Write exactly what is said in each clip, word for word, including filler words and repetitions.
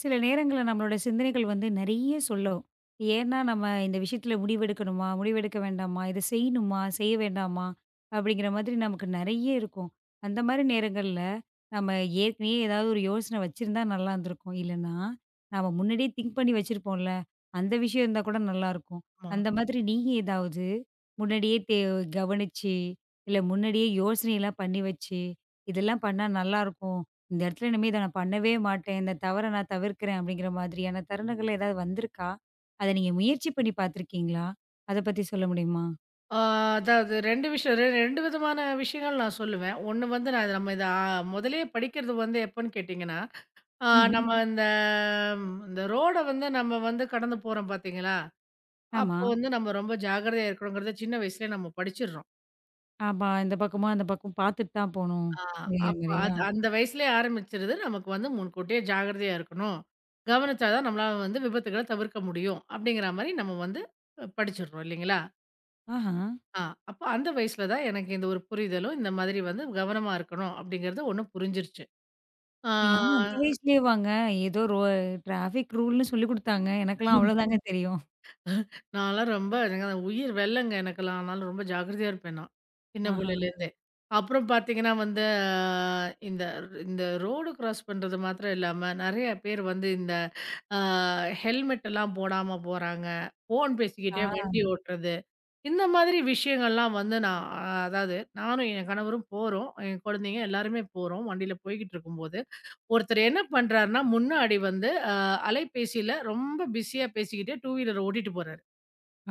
சில நேரங்கள்ல நம்மளோட சிந்தனைகள் வந்து நெறைய சொல்லும். ஏன்னா நம்ம இந்த விஷயத்துல முடிவெடுக்கணுமா? முடிவெடுக்க வேண்டாமா? இத செய்யணுமா? செய்ய வேண்டாமா? அப்படிங்கிற மாதிரி நமக்கு நெறைய இருக்கும். அந்த மாரி நேரங்கள்ல நம்ம ஏற்கனவே ஏதாவது ஒரு யோசனை வச்சிருந்தா நல்லா இருந்திருக்கும். இல்லன்னா, நம்ம முன்னாடியே திங்க் பண்ணி வச்சிருப்போம்ல. அந்த விஷயம் இருந்தா கூட நல்லாருக்கும். ஆமா. அந்த மாதிரி நீங்க ஏதாவது முன்னாடியே தே கவனிச்சு, இல்ல முன்னாடியே யோசனைலாம் பண்ணி வச்சு, இதெல்லாம் பண்ணா நல்லாருக்கும். இந்த இடத்துல இனிமே இத நான் பண்ணவே மாட்டேன். இந்த தவற நான் தவிர்க்கிறேன் அப்படிங்கிற மாதிரியான தருணங்கள் ஏதாவது வந்திருக்கா? அத நீங்க முயற்சி பண்ணி பார்த்துருக்கீங்களா? அத பத்தி சொல்ல முடியுமா? ஆ அதாவது ரெண்டு விஷயம். ரெ ரெண்டு விதமான விஷயங்கள் நான் சொல்லுவேன். ஒண்ணு வந்து நான் இத நம்ம இத ஆ முதலயே படிக்கிறது வந்து எப்பன்னு கேட்டீங்கன்னா, ஆ ம்ஹ்ம். நம்ம இந்த ம், இந்த ரோட வந்து நம்ம வந்து கடந்து போறோம் பார்த்தீங்களா? ஆமா. அப்போ வந்து நம்ம ரொம்ப ஜாக்கிரதையா இருக்கணுங்கிறத சின்ன வயசுலயே நம்ம படிச்சிடுறோம். ஆமா. இந்த பக்கமா, அந்த பக்கம் பார்த்துட்டு தான் போணும். ஆ அப்படிங்கிற அப்ப மாரியா? அது அந்த வயசுலயே ஆரம்பிச்சிருது. நமக்கு வந்து முன்கூட்டியே ஜாக்கிரதையா இருக்கணும். கவனிச்சா தான் நம்மளால வந்து விபத்துக்கள தவிர்க்க முடியும். அப்படிங்கிற மாரி நம்ம வந்து அஹ், படிச்சிடுறோம் இல்லைங்களா? ஆஹா. ஆ, அப்ப அந்த வயசுல தான் எனக்கு இந்த ஒரு புரிதலும், இந்த மாதிரி வந்து கவனமா இருக்கணும் அப்படிங்கிறது ஒண்ணு புரிஞ்சிருச்சு. ஆ நீங்க ஆனா அந்த வயசுலயேவாங்க? ஏதோ ரோ டிராஃபிக் ரூல்ன்னு சொல்லிக் குடுத்தாங்க. எனக்கெல்லாம் அவ்வளோதாங்க தெரியும். நான்லாம் ரொம்ப எனக்கு அந்த உயிர் வெள்ளங்க எனக்கெல்லாம். அதனால ரொம்ப ஜாக்கிரதையா இருப்பேன் நான். சின்ன ஆஹா. புள்ளையிலேருந்தே. அப்புறம் பார்த்தீங்கன்னா வந்து ஆ, இந்த இந்த ரோடு கிராஸ் பண்றது மாத்திரம் இல்லாம, நெறைய பேர் வந்து இந்த ஆ ஹெல்மெட் எல்லாம் போடாம போறாங்க. ஃபோன் ஆ. பேசிக்கிட்டே வண்டி ஓட்டுறது. இந்த மாதிரி விஷயங்கள்லாம் வந்து நான் ஆ, அதாவது நானும் என் கணவரும் போறோம். என் குழந்தைங்க எல்லாருமே போறோம். வண்டியில போய்க்கிட்டு இருக்கும்போது ஒருத்தர் என்ன பண்றாருன்னா, முன்னாடி வந்து அ அலைபேசியில ரொம்ப பிஸியா பேசிக்கிட்டே டூ வீலர ஓட்டிட்டு போறாரு.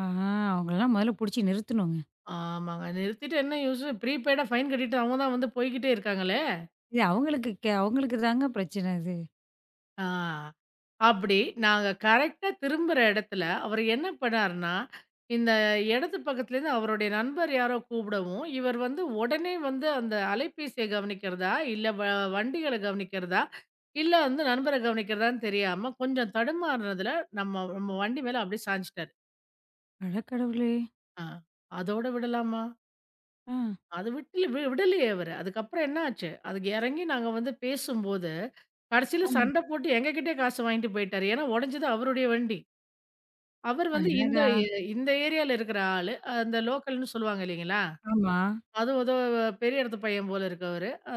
ஆஹா. அவங்களலாம் முதல்ல புடிச்சு நிறுத்தணுங்க. ஆமாங்க. நிறுத்திட்டு என்ன யூசு? ப்ரீபெய்டா ஃபைன் கட்டிட்டு அவங்க தான் வந்து போய்க்கிட்டே இருக்காங்களே! இது அவங்களுக்கு கே அவங்களுக்கு தாங்க பிரச்சனை இது. ஆ அப்படி நாங்க கரெக்ட்டா திரும்புற இடத்துல அவர் என்ன பண்ணாருன்னா, இந்த இடது பக்கத்துலேருந்து அவருடைய நண்பர் யாரோ கூப்பிடவும், இவர் வந்து உடனே வந்து அந்த அலைபேசிய கவனிக்கிறதா, இல்ல வ வண்டிகள கவனிக்கிறதா, இல்ல வந்து நண்பர கவனிக்கிறதான்னு தெரியாம கொஞ்சம் தடுமாறுனதுல நம்ம நம்ம வண்டி மேல அப்படியே சாய்ஞ்சுட்டாரு. அடக்கடவுளே! ஆ. அதோட விடலாமா? ஆ. அது விட்டுல வி விடலையே அவரு. அதுக்கப்புறம் என்ன ஆச்சு? அதுக்கு எறங்கி நாங்க வந்து பேசும்போது, கடைசில ஆ. சண்ட போட்டு எங்க கிட்டயே காசு வாங்கிட்டு போயிட்டாரு. ஏன்னா உடைஞ்சது அவருடைய வண்டி. அவர் வந்து இந்த அடடா! எ இந்த ஏரியால இருக்கிற ஆளு. அந்த லோக்கல்ன்னு சொல்லுவாங்க இல்லைங்களா? ஆமா. அதுவும் ஏதோ பெரிய இடத்து பையன் போல இருக்கு அவரு. அ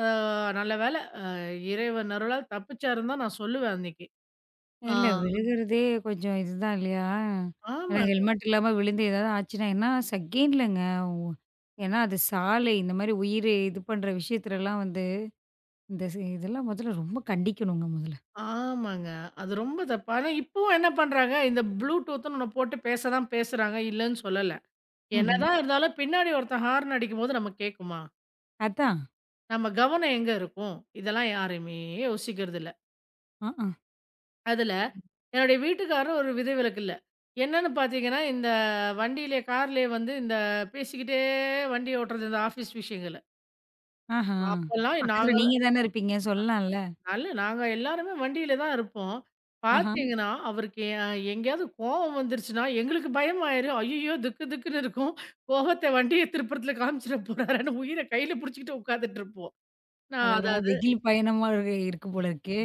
நல்ல வேளை அ இறைவன் அருளால் தப்பிச்சாருன்னு தான் நான் சொல்லுவேன் அன்னைக்கு. ஆ. இல்ல விழுகுறதே கொஞ்சம் இதுதான் இல்லையா? ஏன்னா ஆமாங்க, ஹெல்மெட் இல்லாம விழுந்து ஏதாவது ஆச்சுன்னா ஏன்னா செகண்ட்லங்க. ஒ ஏன்னா அது சாலை இந்த மாரி உயிர் இது பண்ற விஷயத்துலலாம் வந்து இந்த சி இதெல்லாம் முதல்ல ரொம்ப கண்டிக்கணுங்க முதல்ல. ஆமாங்க. அது ரொம்ப தப்பு. ஆனா இப்பவும் என்ன பண்றாங்க, இந்த Bluetoothன்னு ஒண்ணு போட்டு பேச தான் பேசுறாங்க. இல்லன்னு சொல்லல. ம்ஹ்ம். என்னதான் இருந்தாலும் பின்னாடி ஒருத்தன் ஹார்ன் அடிக்கும்போது நம்ம கேட்குமா? அதான். நம்ம கவனம் எங்க இருக்கும்? இதெல்லாம் யாருமே யோசிக்கிறது இல்ல. அஹ. அதுல என்னுடைய வீட்டுக்காரர் ஒரு விதிவிலக்கு இல்ல. என்னன்னு பார்த்தீங்கன்னா, இந்த வண்டியிலே, கார்லயே வந்து இந்த பேசிக்கிட்டே வண்டி ஓட்டுறது இந்த ஆஃபீஸ் விஷயங்கள. ஆஹா. அப்பல்லாம் பக்கத்துல நாங்க நீங்க தானே இருப்பீங்க சொல்லலாம்ல. நல்ல நாங்க எல்லாருமே வண்டியில தான் இருப்போம். ஆஹா. பார்த்தீங்கன்னா, அவருக்கு எ எங்கேயாவது கோவம் வந்துருச்சுன்னா, எங்களுக்கு பயமாயிரும். ஐய்யயோ! திக்கு திக்குன்னு இருக்கும். கோவத்த வண்டிய திருப்புறத்துல காமிச்சிட போறாருன்னு உயிர கையில புடிச்சுக்கிட்டு உட்கார்ந்துட்டு இருப்போம். நான் அடடா! அதாவது திகில் பயணமா இரு இருக்கு போல இருக்கே.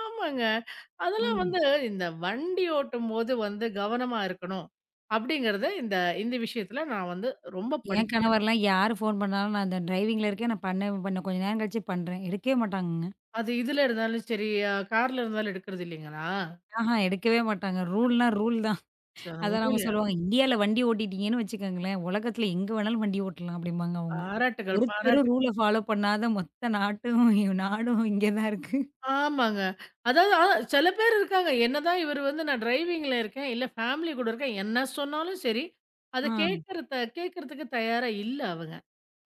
ஆமாங்க. அதெல்லாம் ம். வந்து இந்த வண்டி ஓட்டும்போது வந்து கவனமா இருக்கணும். அப்படிங்கிறத இந்த இந்த விஷயத்துல நான் வந்து ரொம்ப என் படிச்சுட்டேன். கணவர்லாம் யார் ஃபோன் பண்ணாலும் நான் அந்த டிரைவிங்ல இருக்கேன் நான் பண்ண பண்ண கொஞ்ச நேரம் கழிச்சு பண்றேன். எடுக்கவே மாட்டாங்கங்க. அது இதுல இருந்தாலும் சரி, அ கார்ல இருந்தாலும் எடுக்கிறது இல்லைங்களா? ஆஹா எடுக்கவே மாட்டாங்க. ரூல்னா ரூல் ச அதான் அவங்க உண்மையிலேயே சொல்லுவாங்க, "இந்தியால வண்டி ஓட்டிட்டீங்கன்னு வச்சுக்கோங்களேன், உலகத்துல எங்க வேணாலும் வண்டி ஓட்டலாம்." அப்படிம்பாங்க அவங்க. பாராட்டுகள், ஒருத்தரும் பாராட்டு. ரூல ஃபாலோ பண்ணாத மொத்த நாட்டும் நாடும் இங்க தான் இருக்கு. ஆமாங்க. அதாவது அ சில பேர் இருக்காங்க. என்னதான் இவர் வந்து நான் டிரைவிங்ல இருக்கேன், இல்ல ஃபேமிலி கூட இருக்கேன். என்ன சொன்னாலும் சரி, அத ஆ, கேட்கறத கேட்கறதுக்கு தயாரா இல்ல அவங்க.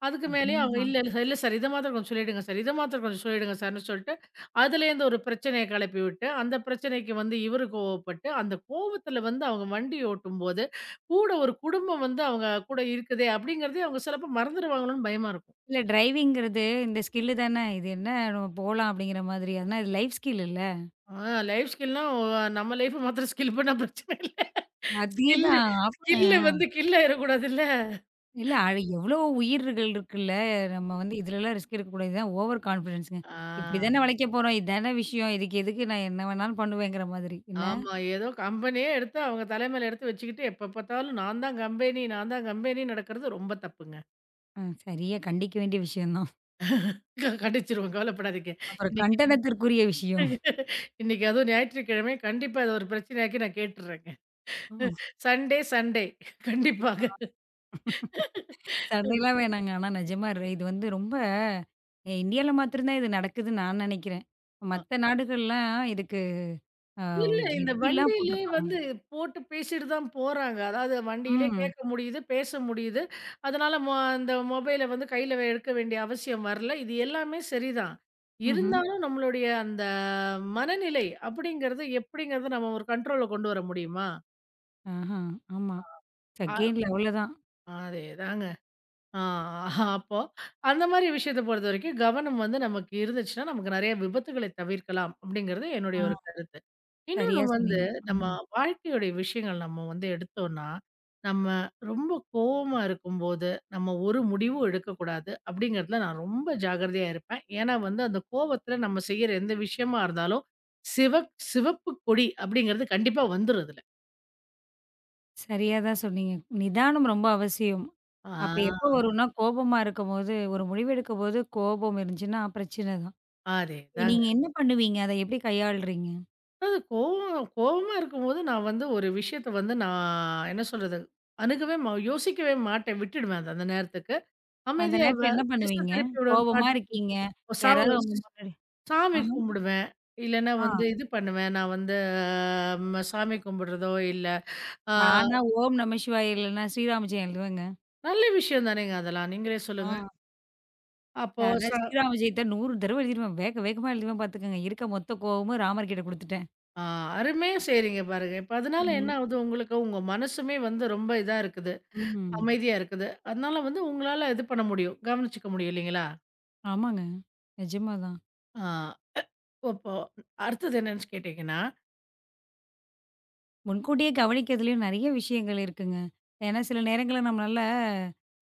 அதுக்கு அது மேலயும் அவங்க உண்மதான். இல்ல, இல்ல சார். இல்ல சார். இத மாத்திரம் கொஞ்சம் சொல்லிடுங்க சார். இத மாத்திரம் கொஞ்சம் சொல்லிடுங்க சார்ன்னு சொல்லிட்டு, அதுலேருந்து ஒரு பிரச்சனைய கிளப்பி விட்டு, அந்த பிரச்சனைக்கு வந்து இவரு கோவப்பட்டு, அந்த கோவத்துல வந்து அவங்க வண்டி ஓட்டும்போது, கூட ஒரு குடும்பம் வந்து அவங்க கூட இருக்குதே அப்படிங்கிறதே அவங்க சிலப்போ மறந்துருவாங்களோன்னு பயமா இருக்கும். இல்ல டிரைவிங்கிறது இந்த ஸ்கில் தானே. இது என்ன நம்ம போலாம் அப்படிங்கிற மாதிரி. ஆனா இது லைஃப் ஸ்கில் இல்ல. ஆ லைஃப் ஸ்கில்னா நம்ம லைஃப் மாத்திரம் ஸ்கில் பண்ணா பிரச்சனை இல்ல. ஸ்கில்லு அதேதான். அப் அ ஸ்கில்லு வந்து கில் ஆயிறக்கூடாதுல்ல. இல்ல அது எவ்ளோ உயிர்கள் இருக்குல்ல. நம்ம வந்து இதுலலாம் ரிஸ்க் எடுக்கக்கூடாது. இதுதான் ஓவர் கான்ஃபிடன்ஸ்ங்க. ஆ. இப்படிதானே வளைக்க போறோம். இதானே விஷயம். இதுக்கு எதுக்கு நான் என்ன வேணாலும் பண்ணுவேங்கிற மாதிரி. என்ன? ஆமா. ஏதோ கம்பெனியே எடுத்து அவங்க தலைமையில எடுத்து வச்சுக்கிட்டு, எப்ப பார்த்தாலும் நான் தான் கம்பெனி, நான் தான் கம்பெனின்னு நடக்கிறது ரொம்ப தப்புங்க. அ சரியா கண்டிக்க வேண்டிய விஷயம் தான். க- கண்டிச்சிருவேன் கவலைப்படாதீங்க. அப்புறம் இன்னைக்கு கண்டனத்திற்குரிய விஷயம். இன்னைக்கு அதுவும் ஞாயிற்றுக்கிழமை கண்டிப்பா இத ஒரு பிரச்சனையாக்கி நான் கேட்டுர்றேங்க. சண்டே சண்டே கண்டிப்பாக. சண்டைலாம் வேணாங்க. ஆனா நிஜமா ர இது வந்து ரொம்ப இந்தியால மாத்திரம் தான் இது நடக்குதுன்னு நான் நெனைக்கிறேன். மத்த நாடுகள்லாம் இதுக்கு அ இல்ல. இந்த எப்படிலாம் வண்டியிலேயே போட்டிருக்காங்க. வந்து போட்டு பேசிட்டு தான் போறாங்க. அதாவது வண்டியிலே ம். கேட்க முடியுது, பேச முடியுது. அதனால மொ அந்த மொபைல வந்து கையில வே- எடுக்க வேண்டிய அவசியம் வரல. இது எல்லாமே சரிதான். ம்ஹ்ம். இருந்தாலும் நம்மளுடைய அந்த மனநிலை அப்படிங்கிறது எப்படிங்கிறது நம்ம ஒரு கண்ட்ரோல்ல கொண்டு வர முடியுமா? ஆஹா. ஆமா. அ செகண்ட்ல அவ்வளோதான். அதேதாங்க. ஆ அப்போ அந்த மாரி விஷயத்த பொறுத்தவரைக்கும் கவனம் வந்து நமக்கு இருந்துச்சுன்னா, நமக்கு நெறைய விபத்துகளை தவிர்க்கலாம் அப்படிங்கிறது ஆ என்னுடைய ஒரு கருத்து. இன்னொன்னு சரியா வந்து சொன்னீங்க. நம்ம ம். வாழ்க்கையுடைய விஷயங்கள் நம்ம வந்து எடுத்தோம்னா, நம்ம ரொம்ப கோவமா இருக்கும்போது, நம்ம ஒரு முடிவும் எடுக்கக்கூடாது அப்படிங்கிறதுல நான் ரொம்ப ஜாக்கிரதையா இருப்பேன். ஏன்னா வந்து அந்த கோவத்துல நம்ம செய்யற எந்த விஷயமா இருந்தாலும், சிவக் சிவப்பு கொடி அப்படிங்கிறது கண்டிப்பா வந்துரும் இதுல. சரியா தான் சொன்னீங்க. நிதானம் ரொம்ப அவசியம். அப்ப எப்போ ஆ வரும்னா, கோபமா இருக்கும்போது, ஒரு முடிவெடுக்கும்போது கோபம் இருந்துச்சுன்னா பிரச்சனை தான். அதேதாங்க. நீங்க என்ன பண்ணுவீங்க? அத எப்படி கையாளுறீங்க? அது கோவம் கோவமா இருக்கும்போது நான் வந்து ஒரு விஷயத்த வந்து நான் என்ன சொல்றது? அணுகவே ம யோசிக்கவே மாட்டேன். விட்டுடுவேன் அத அந்த நேரத்துக்கு. அந்த அமைதியா ம். வ நேரத்துல என்ன திசை பண்ணுவீங்க? திருப்பி விடுவேன். கோவமா பாட்டு கேட்போம். இருக்கீங்க. சாமி யாராவது உங்க முன்னாடி சாமி ஆஹ. கும்பிடுவேன். இல்லன்னா ஆ வந்து இது பண்ணுவேன். நான் வந்து ம சாமி கும்பிடுறதோ இல்ல ஆ நானா ஓம் நம சிவாய இல்லன்னா ஸ்ரீராம ஜெயம் எழுதுவேங்க. நல்ல விஷயம் தானேங்க அதெல்லாம். நீங்களே ஆ. சொல்லுங்க. அப்போ அட ச ஸ்ரீராம ஜெயத்த நூறு தடவ எழுதிருவேன். வேக வேகமா எழுதுவேன் பாத்துக்கங்க. இருக்க மொத்த கோவமும் ராமர் கிட்ட குடுத்துட்டேன். ஆ அருமையா செய்றீங்க பாருங்க. இப்ப அதனால என்ன ம். ஆகுது உங்களுக்கு? உங்க மனசுமே வந்து ரொம்ப இதா இருக்குது. ம். அமைதியா இருக்குது. அதனால வந்து உங்களால இது பண்ண முடியும். கவனிச்சுக்க முடியும் இல்லைங்களா? ஆமாங்க. நிஜமா தான். ஆ அப்போ அடுத்தது என்னன்னு கேட்டீங்கன்னா, முன்கூட்டியே கவனிக்கிறதுலயும் நெறைய விஷயங்கள் இருக்குங்க. ஏன்னா சில நேரங்கள்ல நம்மளால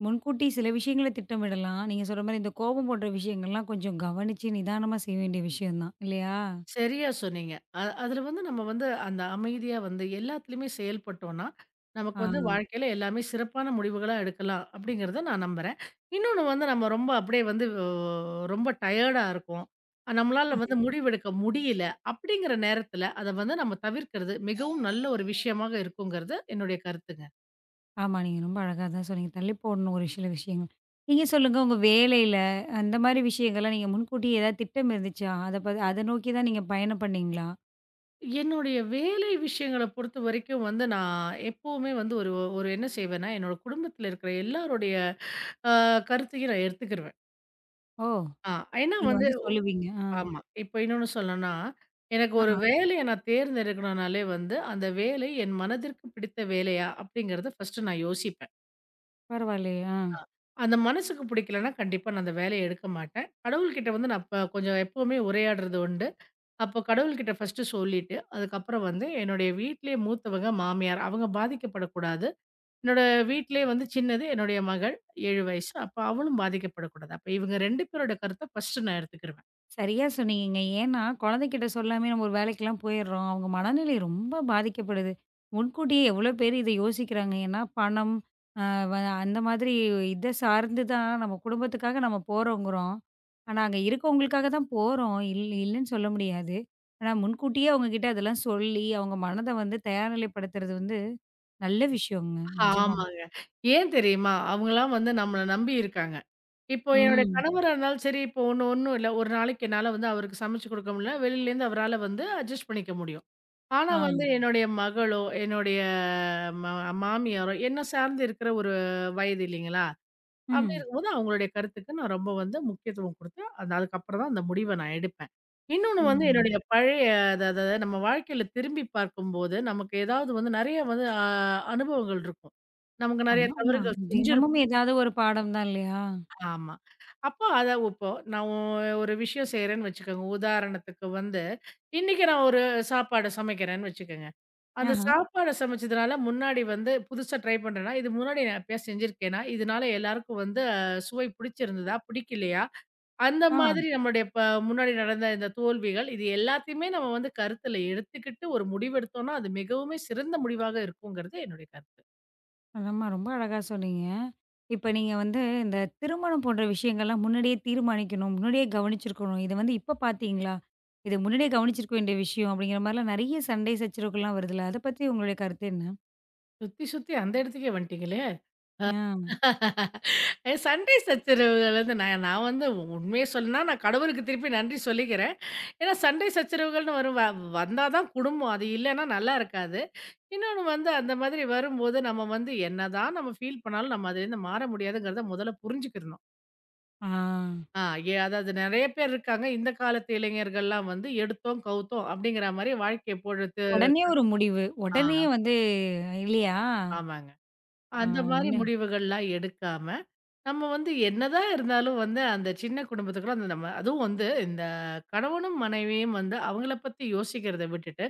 முன்கூட்டி சில விஷயங்கள திட்டமிடலாம். நீங்க சொல்ற மாரி இந்த கோபம் போன்ற விஷயங்கள்லாம் கொஞ்சம் கவனிச்சு நிதானமா செய்ய வேண்டிய விஷயம் தான். இல்லையா? சரியா சொன்னீங்க. அ அதுல வந்து நம்ம வந்து அந்த அமைதியா வந்து எல்லாத்துலயுமே செயல்பட்டோம்னா, நமக்கு ஆ. வந்து வாழ்க்கையில எல்லாமே சிறப்பான முடிவுகளா எடுக்கலாம் அப்படிங்கிறத நான் நம்புறேன். இன்னொன்னு வந்து நம்ம ரொம்ப அப்படியே வந்து ஒ ரொம்ப டயர்டா இருக்கோம். நம்மளால வந்து முடிவெடுக்க முடியல அப்படிங்கிற நேரத்துல அத வந்து நம்ம தவிர்க்கிறது மிகவும் நல்ல ஒரு விஷயமாக இருக்குங்கிறது என்னுடைய கருத்து. ஆமா. நீங்க ரொம்ப அழகா தான் சொன்னீங்க. தள்ளி போடணும் ஒரு சில விஷயங்கள். நீங்க சொல்லுங்க உங்க வேலையில அந்த மாரி விஷயங்கள்லாம் நீங்க முன்கூட்டியே ஏதாவது திட்டம் இருந்துச்சா? அத ப அத நோக்கி தான் நீங்க பயணம் பண்ணீங்களா? என்னுடைய வேலை விஷயங்கள பொறுத்தவரைக்கும் வந்து, நான் எப்பவுமே வந்து ஒரு ஒரு என்ன செய்வேன்னா, என்னோட குடும்பத்தில இருக்கிற எல்லாருடைய அ கருத்தையும் நான் எடுத்துக்கிருவேன். ஓ! ஆ ஏன்னா நீங்க வந்து வந்து சொல்லுவீங்க. ஆ. ஆமா. இப்போ இன்னொன்னு சொல்லணும்னா, எனக்கு ஒரு ஆஹா. வேலைய நான் தேர்ந்தெடுக்கணும்னாலே வந்து, அந்த வேலை என் மனதிற்கு பிடித்த வேலையா? அப்படிங்கிறத ஃபர்ஸ்ட்டு நான் யோசிப்பேன். பரவாயில்லையே! ஆ. அந்த மனசுக்கு பிடிக்கலன்னா, கண்டிப்பா நான் அந்த வேலைய எடுக்க மாட்டேன். கடவுள்கிட்ட வந்து நான் ப கொஞ்சம் எப்பவுமே உரையாடுறது உண்டு. அப்போ கடவுள்கிட்ட ஃபர்ஸ்ட்டு சொல்லிட்டு, அதுக்கப்புறம் வந்து என்னுடைய வீட்லயே மூத்தவங்க மாமியார். அவங்க பாதிக்கப்படக்கூடாது. என்னோட வீட்லயே வந்து சின்னது என்னுடைய மகள் ஏழு வயசு. அப்ப அவளும் பாதிக்கப்படக்கூடாது. அப்ப இவங்க ரெண்டு பேரோட கருத்த ஃபர்ஸ்ட்டு நான் எடுத்துக்கிருவேன். சரியா சொன்னீங்கங்க. ஏன்னா, குழந்தைகிட்ட சொல்லாமயே நம்ம ஒரு வேலைக்கெல்லாம் போயிர்றோம். அவங்க மனநிலை ரொம்ப பாதிக்கப்படுது. முன்கூட்டியே எவ்வளோ பேர் இத யோசிக்கிறாங்க. ஏன்னா, பணம் அ வ அந்த மாதிரி இத சார்ந்து தான் நம்ம குடும்பத்துக்காக நம்ம போறோங்கிறோம். ஆனா, அங்க இருக்கவங்களுக்காக தான் போறோம். இல் இல்லன்னு சொல்ல முடியாது. ஆனா, முன்கூட்டியே அவங்க கிட்ட அதெல்லாம் சொல்லி, அவங்க மனத வந்து தயார் நிலைப்படுத்துறது வந்து நல்ல விஷயங்க. நிஜமா. ஆமாங்க. ஏன் தெரியுமா? அவங்கலாம் வந்து நம்மள நம்பி இருக்காங்க. இப்போ என்னுடைய ம். கணவரா இருந்தாலும் சரி, இப்போ ஒண்ணு ஒண்ணும் இல்ல. ஒரு நாளைக்கு என்னால வந்து அவருக்கு சமைச்சு குடுக்க முடியல. வெளியிலேருந்து அவரால வந்து அட்ஜஸ்ட் பண்ணிக்க முடியும். ஆனா ஆ. வந்து என்னுடைய மகளோ, என்னுடைய ம மாமியாரோ என்ன சார்ந்து இருக்கிற ஒரு வயது இல்லைங்களா? அப்படி ம். இருக்கும்போது அவங்களுடைய கருத்துக்கு நான் ரொம்ப வந்து முக்கியத்துவம் குடுத்து, அது அதுக்கப்புறம் தான் அந்த முடிவ நான் எடுப்பேன். இன்னொன்னு வந்து ம். என்னுடைய பழைய அத அத நம்ம வாழ்க்கையில திரும்பி பார்க்கும்போது, நமக்கு ஏதாவது வந்து நெறைய வந்து அ அனுபவங்கள் இருக்கும். நமக்கு நெறைய ஆமா, ஆமா. தவறுகள் தினமும் செஞ்சிருப்போம். ஏதாவது ஒரு பாடம் தான் இல்லையா? ஆமா. அப்போ அத இப்போ நான் ஒ ஒரு விஷயம் செய்றேன்னு வச்சுக்கோங்க. உதாரணத்துக்கு வந்து, இன்னைக்கு நான் ஒரு சாப்பாடு சமைக்கிறேன்னு வச்சுக்கோங்க. அந்த ஆஹ. சாப்பாட சமைச்சதுனால முன்னாடி வந்து புதுசா ட்ரை பண்றேன்னா, இது முன்னாடி நான் எப்பயாவது செஞ்சிருக்கேனா? இதனால எல்லாருக்கும் வந்து அ சுவை பிடிச்சிருந்ததா? பிடிக்கலையா? அந்த ஆ. மாதிரி நம்மளுடைய ப முன்னாடி நடந்த இந்த தோல்விகள், இது எல்லாத்தையுமே நம்ம வந்து கருத்துல எடுத்துக்கிட்டு ஒரு முடிவெடுத்தோம்னா, அது மிகவுமே சிறந்த முடிவாக இருக்குங்கிறது என்னுடைய கருத்து. ஆமா. ரொம்ப அழகா சொன்னீங்க. இப்ப நீங்க வந்து இந்த திருமணம் போன்ற விஷயங்கள்லாம் முன்னாடியே தீர்மானிக்கணும். முன்னாடியே கவனிச்சிருக்கணும். இத வந்து இப்ப பார்த்தீங்களா? இது முன்னாடியே கவனிச்சிருக்க வேண்டிய விஷயம் அப்படிங்கிற மாரிலாம் நெறைய சண்டை சச்சரவுகள்லாம் வருதுல்ல. அத பத்தி உங்களுடைய கருத்து என்ன? சுத்தி, சுத்தி அந்த இடத்துக்கே வந்துட்டீங்களே! ஆ. அ சண்டை சச்சரவுகள் வந்து நான் நான் வந்து உண்மைய சொல்லணும்னா, நான் கடவுளுக்கு திருப்பி நன்றி சொல்லிக்கிறேன். ஏன்னா சண்டை சச்சரவுகள்னு வரும் வ வந்தா தான் குடும்பம். அது இல்லன்னா நல்லா இருக்காது. இன்னொன்னு வந்து அந்த மாதிரி வரும்போது, நம்ம வந்து என்னதான் நம்ம ஃபீல் பண்ணாலும் நம்ம அதுலேருந்து மாற முடியாதுங்கிறத முதல்ல புரிஞ்சுக்கிறணும். ஆ. ஆ எ அதாவது நெறைய பேர் இருக்காங்க. இந்த காலத்து இளைஞர்கள்லாம் வந்து எடுத்தோம், கவுத்தோம் அப்படிங்கிற மாரி வாழ்க்கைய பொழுது உடனே ஒரு முடிவு. ஆ. உடனே வந்து இல்லையா? ஆமாங்க. ஆ அந்த ம். மாரி முன்ன முடிவுகள்லாம் எடுக்காம, நம்ம வந்து என்னதான் இருந்தாலும் வந்து அந்த சின்ன குடும்பத்துக்குள்ள அந்த நம்ம அதுவும் வந்து இந்த கணவனும், மனைவியும் வந்து அவங்கள பத்தி யோசிக்கிறத விட்டுட்டு,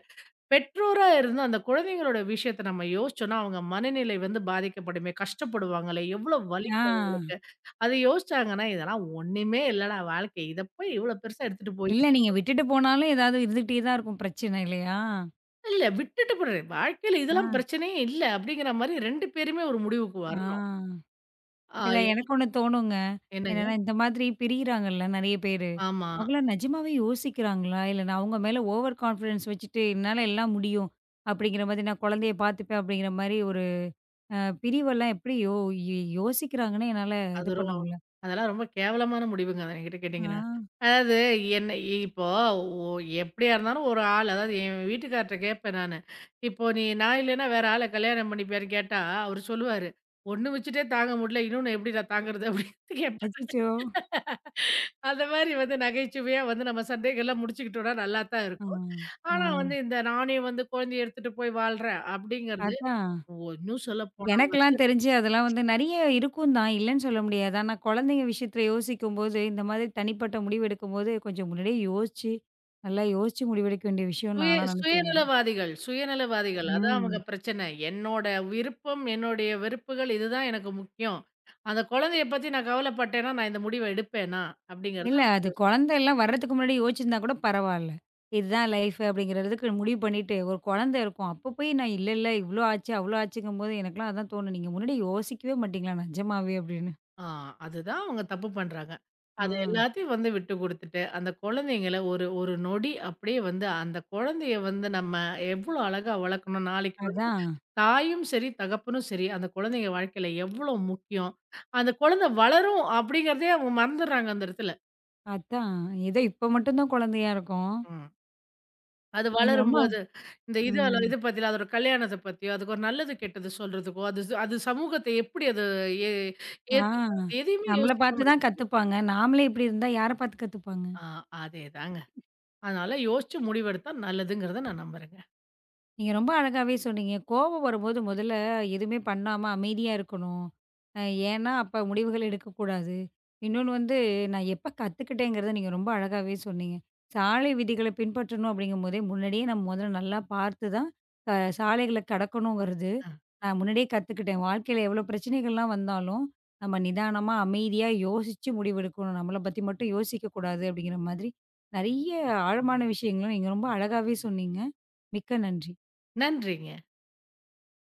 பெற்றோரா இருந்து அந்த குழந்தைங்களோட விஷயத்த நம்ம யோசிச்சோம்னா, அவங்க மனநிலை வந்து பாதிக்கப்படுமே, கஷ்டப்படுவாங்களே, எவ்வளோ ஆ. வலிக்கும் அவங்களுக்கு. அத யோசிச்சாங்கன்னா, இதெல்லாம் ஒண்ணுமே இல்லடா வாழ்க்கை. இத போய் இவ்வளோ பெருசா எடுத்துட்டு போய் இல்ல நீங்க விட்டுட்டு போனாலும் ஏதாவது இருந்துகிட்டே தான் இருக்கும் பிரச்சனை இல்லையா? இல்ல விட்டுட்டு போறேன். வாழ்க்கையில இதெல்லாம் ஆ. பிரச்சனையே இல்ல அப்படிங்கிற மாரி ரெண்டு பேருமே ஒரு முடிவுக்கு ஆ. வரணும். ஆ இல்ல எ எனக்கு ஒண்ணு தோணுங்க. என்னங்க? என்னன்னா இந்த மாதிரி பிரியிறாங்கல்ல நெறைய பேரு. ஆமா. அவங்களாம் நிஜமாவே யோசிக்கிறாங்களா? இல்ல நான் அவங்க மேல ஓவர் கான்ஃபிடன்ஸ் வச்சுட்டு, "என்னால எல்லாம் முடியும்." அப்படிங்கிற மாதிரி, "நான் குழந்தைய பார்த்துப்பேன்." அப்படிங்கிற மாரி ஒரு அ பிரிவெல்லாம் எப்படி யோ யோ யோசிக்கிறாங்கன்னு என்னால இது அது ரொ பண்ண முடியல. அதெல்லாம் ரொம்ப கேவலமான முடிவுங்க. அது என்கிட்ட கேட்டீங்கன்னா. ஆ, அதாவது என்ன இப்போ ஒ எப்படியா இருந்தாலும் ஒரு ஆள் அதாவது என் வீட்டுக்கார்ட்ட கேட்பேன் நானு. இப்போ நீ நான் இல்லைன்னா வேற ஆள கல்யாணம் பண்ணிப்பியான்னு கேட்டா, அவரு சொல்லுவாரு. "ஒண்ணு வச்சுட்டே தாங்க முடியல. இன்னொன்னு எப்படிடா தாங்குறது?" அப்படின்னு கேட்பாரு. அச்சச்சோ! அந்த மாரி வந்து நகைச்சுவையா வந்து நம்ம சண்டைகள்லாம் முடிச்சுக்கிட்டோம்னா நல்லா தான் ஆ, இருக்கும். ஆ. ஆனா வந்து இந்த நானே வந்து குழந்தைய எடுத்துட்டு போய் வாழ்றேன் அப்படிங்கிறது, அதான். ஓ இன்னும் சொல்லப்போனா வந்து எனக்கெல்லாம் தெரிஞ்சு அதெல்லாம் வந்து நெறைய இருக்கும் தான், இல்லன்னு சொல்ல முடியாது. ஆனா குழந்தைங்க விஷயத்துல யோசிக்கும்போது, இந்த மாதிரி தனிப்பட்ட முடிவு எடுக்கும்போது, கொஞ்சம் முன்னாடியே யோசிச்சு, நல்லா யோசிச்சு முடிவெடுக்க வேண்டிய விஷயம்னு சுய நானா நெனைச்சிருந்தேன். சுயநலவாதிகள் சுயநலவாதிகள். அதான் அவங்க ம். பிரச்சனை. என்னோட விருப்பம், என்னுடைய வெறுப்புகள் இதுதான் எனக்கு முக்கியம். அந்த குழந்தைய பத்தி நான் கவலைப்பட்டேன்னா, நான் இந்த முடிவ எடுப்பேனா? அப்படிங்கிறது இல்ல. அது குழந்தை எல்லாம் வர்றதுக்கு முன்னாடி யோசிச்சிருந்தா கூட பரவால்ல. இதுதான் லைஃப் அப்படிங்கிறதுக்கு முடிவு பண்ணிட்டு, ஒரு குழந்தை இருக்கும். அப்போ போய் நான் இல்ல, இல்ல இவ்ளோ ஆச்சு, அவ்ளோ ஆச்சுங்கும்போது எனக்கெல்லாம் அதான் தோணும். நீங்க முன்னாடி யோசிக்கவே மாட்டீங்களா நிஜமாவே அப்படின்னு. ஆ, அதுதான் அவங்க தப்பு பண்றாங்க. அது ம். எல்லாத்தையும் வந்து விட்டு குடுத்துட்டு, அந்த குழந்தைங்கள ஒரு ஒரு நொடி அப்படியே வந்து அந்த குழந்தைய வந்து நம்ம எவ்வளோ அழகா வளர்க்கணும். நாளைக்கு வந்து அதான், தாயும் சரி, தகப்பனும் சரி, அந்த குழந்தைங்க வாழ்க்கையில எவ்வளோ முக்கியம். அந்த குழந்தை வளரும் அப்படிங்கிறதே அவங்க மறந்துடுறாங்க அந்த இடத்துல. அதான். ஏதோ இப்ப மட்டும் தான் குழந்தையா இருக்கும். ம். அது நீங்க ரொம்ப வளரும்போது, இந்த இது அல்ல- ம். இது பத்தில அதோட கல்யாணத்த பத்தியோ, அதுக்கு ஒரு நல்லது கெட்டது சொல்றதுக்கோ, அது சு- அது சமூகத்தை எப்படி அது ஏ ஆ. ஏத்துக்கும். அது எதையுமே நம்மள பார்த்து யோசிக்காம தான் இருக்க முடியாது. கத்துப்பாங்க. நாமளே இப்படி இருந்தா யார பார்த்து கத்துப்பாங்க? ஆ அதேதாங்க. அதனால யோசிச்சு முடிவெடுத்தா நல்லதுங்கிறத நான் நம்புறேங்க. நீங்க ரொம்ப அழகாவே சொன்னீங்க. கோபம் வரும்போது முதல்ல எதுவுமே பண்ணாம அமைதியா இருக்கணும். அ ஏன்னா, அப்ப முடிவுகள் எடுக்கக்கூடாது. இன்னொன்னு வந்து நான் எப்ப கத்துக்கிட்டேங்கிறத நீங்க ரொம்ப அழகாவே சொன்னீங்க. சாலை விதிகளை பின்பற்றணும் அப்படிங்கும்போதே, முன்னாடியே நம்ம முதல்ல நல்லா பார்த்து தான் அ சாலைகள கடக்கணுங்கிறது, அ நான் முன்னாடியே கத்துக்கிட்டேன். வாழ்க்கையில எவ்வளோ பிரச்சனைகள்லாம் வந்தாலும், நம்ம நிதானமா, அமைதியா யோசிச்சு முடிவெடுக்கணும். நம்மள பத்தி மட்டும் யோசிக்கக்கூடாது அப்படிங்கிற மாதிரி, நெறைய ஆழமான விஷயங்கள நீங்க ரொம்ப அழகாவே சொன்னீங்க. மிக்க நன்றி. நன்றிங்க.